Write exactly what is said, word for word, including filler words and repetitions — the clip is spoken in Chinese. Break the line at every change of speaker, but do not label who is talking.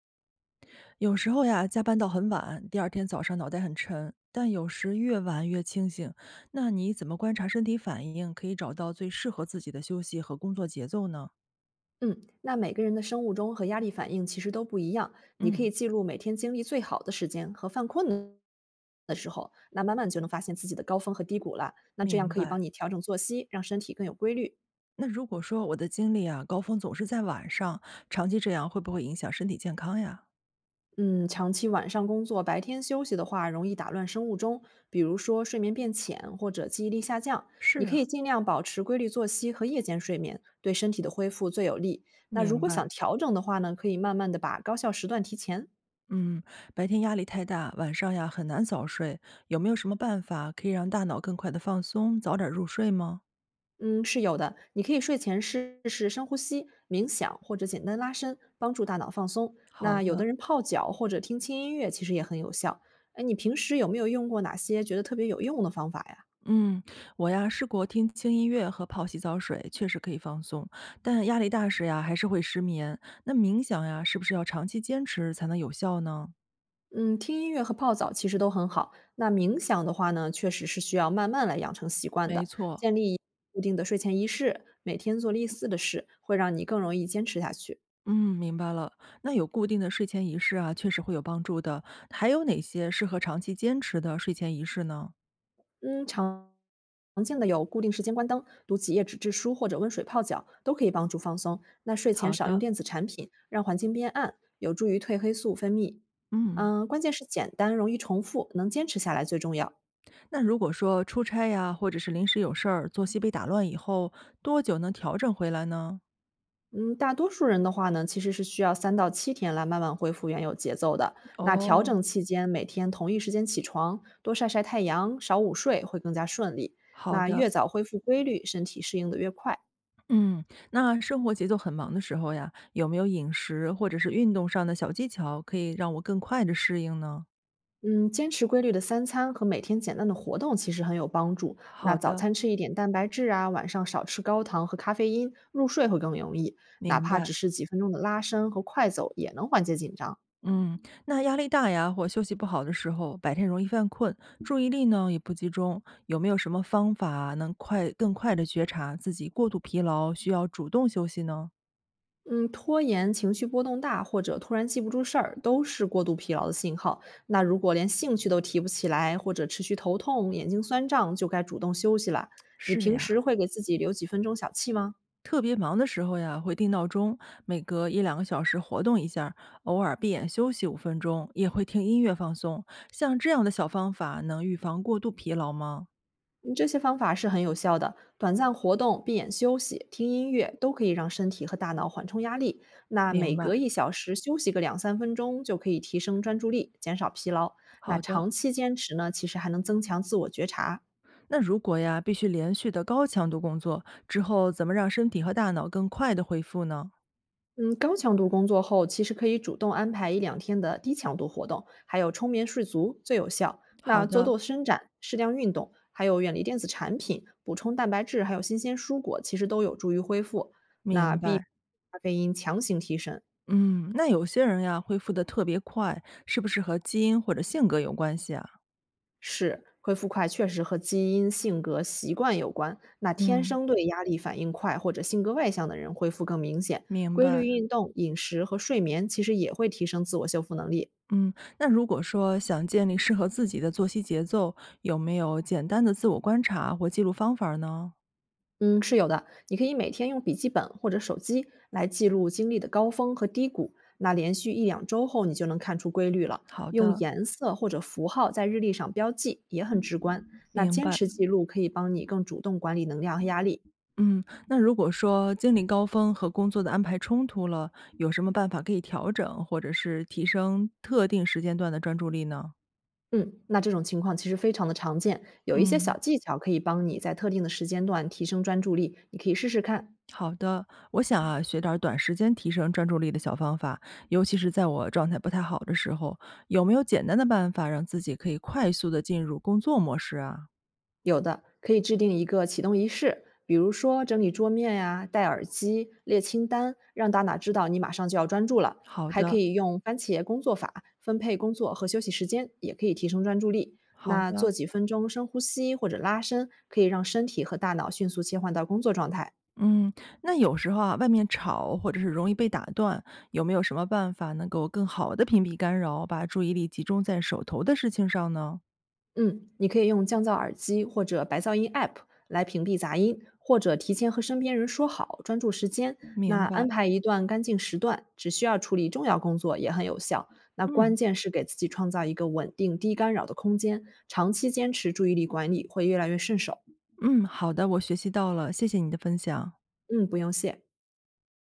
有时候呀，加班到很晚，第二天早上脑袋很沉，但有时越晚越清醒。那你怎么观察身体反应，可以找到最适合自己的休息和工作节奏呢？
嗯，那每个人的生物钟和压力反应其实都不一样。你可
嗯，
以记录每天精力最好的时间和犯困的的时候，那慢慢就能发现自己的高峰和低谷了。那这样
明
可以
白。
帮你调整作息，让身体更有规律。
那如果说我的精力啊，高峰总是在晚上，长期这样会不会影响身体健康呀？
嗯，长期晚上工作、白天休息的话，容易打乱生物钟，比如说睡眠变浅或者记忆力下降。你
是
可
啊，
以尽量保持规律作息和夜间睡眠，对身体的恢复最有利。那如
明
果想
白。
调整的话呢，可以慢慢的把高效时段提前。
嗯，白天压力太大，晚上呀很难早睡。有没有什么办法可以让大脑更快的放松，早点入睡吗？
嗯，是有的。你可以睡前试试深呼吸、冥想或者简单拉伸，帮助大脑放松。
好
那有的
的。
人泡脚或者听轻音乐，其实也很有效。哎，你平时有没有用过哪些觉得特别有用的方法呀？
嗯，我呀试过听轻音乐和泡洗澡水，确实可以放松，但压力大时呀还是会失眠。那冥想呀，是不是要长期坚持才能有效呢？
嗯，听音乐和泡澡其实都很好。那冥想的话呢，确实是需要慢慢来养成习惯
没
的，
错，
建立固定的睡前仪式，每天做类似的事，会让你更容易坚持下去。
嗯，明白了。那有固定的睡前仪式啊，确实会有帮助的。还有哪些适合长期坚持的睡前仪式呢？
嗯，常常见的有固定时间关灯、读几页纸质书或者温水泡脚，都可以帮助放松。那睡前
好
少用
的。
电子产品，让环境变暗，有助于褪黑素分泌。
嗯，
嗯，关键是简单、容易重复，能坚持下来最重要。
那如果说出差呀，或者是临时有事儿，作息被打乱以后，多久能调整回来呢？
嗯，大多数人的话呢，其实是需要三到七天来慢慢恢复原有节奏的。那调
哦，
整期间，每天同一时间起床，多晒晒太阳，少午睡会更加顺利。
好
那越
的。
早恢复规律，身体适应的越快。
嗯，那生活节奏很忙的时候呀，有没有饮食或者是运动上的小技巧，可以让我更快的适应呢？
嗯，坚持规律的三餐和每天简单的活动其实很有帮助。那
好
早
的，
餐吃一点蛋白质啊，晚上少吃高糖和咖啡因，入睡会更容易。哪
明
怕只
白。
是几分钟的拉伸和快走，也能缓解紧张。
嗯，那压力大呀，或休息不好的时候，白天容易犯困，注意力呢也不集中，有没有什么方法能快更快的觉察自己过度疲劳，需要主动休息呢？
嗯，拖延、情绪波动大或者突然记不住事儿，都是过度疲劳的信号。那如果连兴趣都提不起来，或者持续头痛、眼睛酸胀，就该主动休息了。你
是
平时
呀。
会给自己留几分钟小憩吗？
特别忙的时候呀，会定闹钟，每隔一两个小时活动一下儿，偶尔闭眼休息五分钟，也会听音乐放松。像这样的小方法，能预防过度疲劳吗？
嗯，这些方法是很有效的。短暂活动、闭眼休息、听音乐都可以让身体和大脑缓冲压力。那
明
每
白，
隔一小时休息个两三分钟，就可以提升专注力，减少疲劳。那
好的。
长期坚持呢，其实还能增强自我觉察。
那如果呀，必须连续的高强度工作之后，怎么让身体和大脑更快的恢复呢？
嗯，高强度工作后，其实可以主动安排一两天的低强度活动，还有充眠睡足最有效。
好
那做
的，
做伸展、适量运动，还有远离电子产品，补充蛋白质，还有新鲜蔬果，其实都有助于恢复。那
明
b
白。
咖啡因强行提神，
嗯，那有些人呀，恢复的特别快，是不是和基因或者性格有关系啊？
是恢复快确实和基因、性格、习惯有关。那天
嗯，
生对压力反应快或者性格外向的人恢复更明显。
明
规律
白。
运动、饮食和睡眠其实也会提升自我修复能力。
嗯，那如果说想建立适合自己的作息节奏，有没有简单的自我观察或记录方法儿呢？
嗯，是有的。你可以每天用笔记本或者手机来记录经历的高峰和低谷，那连续一两周后，你就能看出规律了。
好
用
的，
颜色或者符号在日历上标记也很直观。那
明
坚
白。
持记录可以帮你更主动管理能量和压力。
嗯，那如果说精力高峰和工作的安排冲突了，有什么办法可以调整，或者是提升特定时间段的专注力呢？
嗯，那这种情况其实非常的常见，有一些
嗯，
小技巧可以帮你在特定的时间段提升专注力，你可以试试看。
好的。我想啊，学点儿短时间提升专注力的小方法，尤其是在我状态不太好的时候，有没有简单的办法让自己可以快速的进入工作模式啊？
有的，可以制定一个启动仪式，比如说整理桌面呀、戴耳机、列清单，让大脑知道你马上就要专注了。
好
还可
的，
以用番茄工作法分配工作和休息时间，也可以提升专注力。
好
那做
的。
几分钟深呼吸或者拉伸，可以让身体和大脑迅速切换到工作状态。
嗯，那有时候啊，外面吵或者是容易被打断，有没有什么办法能够更好的屏蔽干扰，把注意力集中在手头的事情上呢？
嗯，你可以用降噪耳机或者白噪音 A P P 来屏蔽杂音，或者提前和身边人说好专注时间。那
明白，
安排一段干净时段，只需要处理重要工作也很有效。那
嗯
关键是给自己创造一个稳定、低干扰的空间，长期坚持注意力管理会越来越顺手。
嗯，好的，我学习到了，谢谢你的分享。
嗯，不用谢。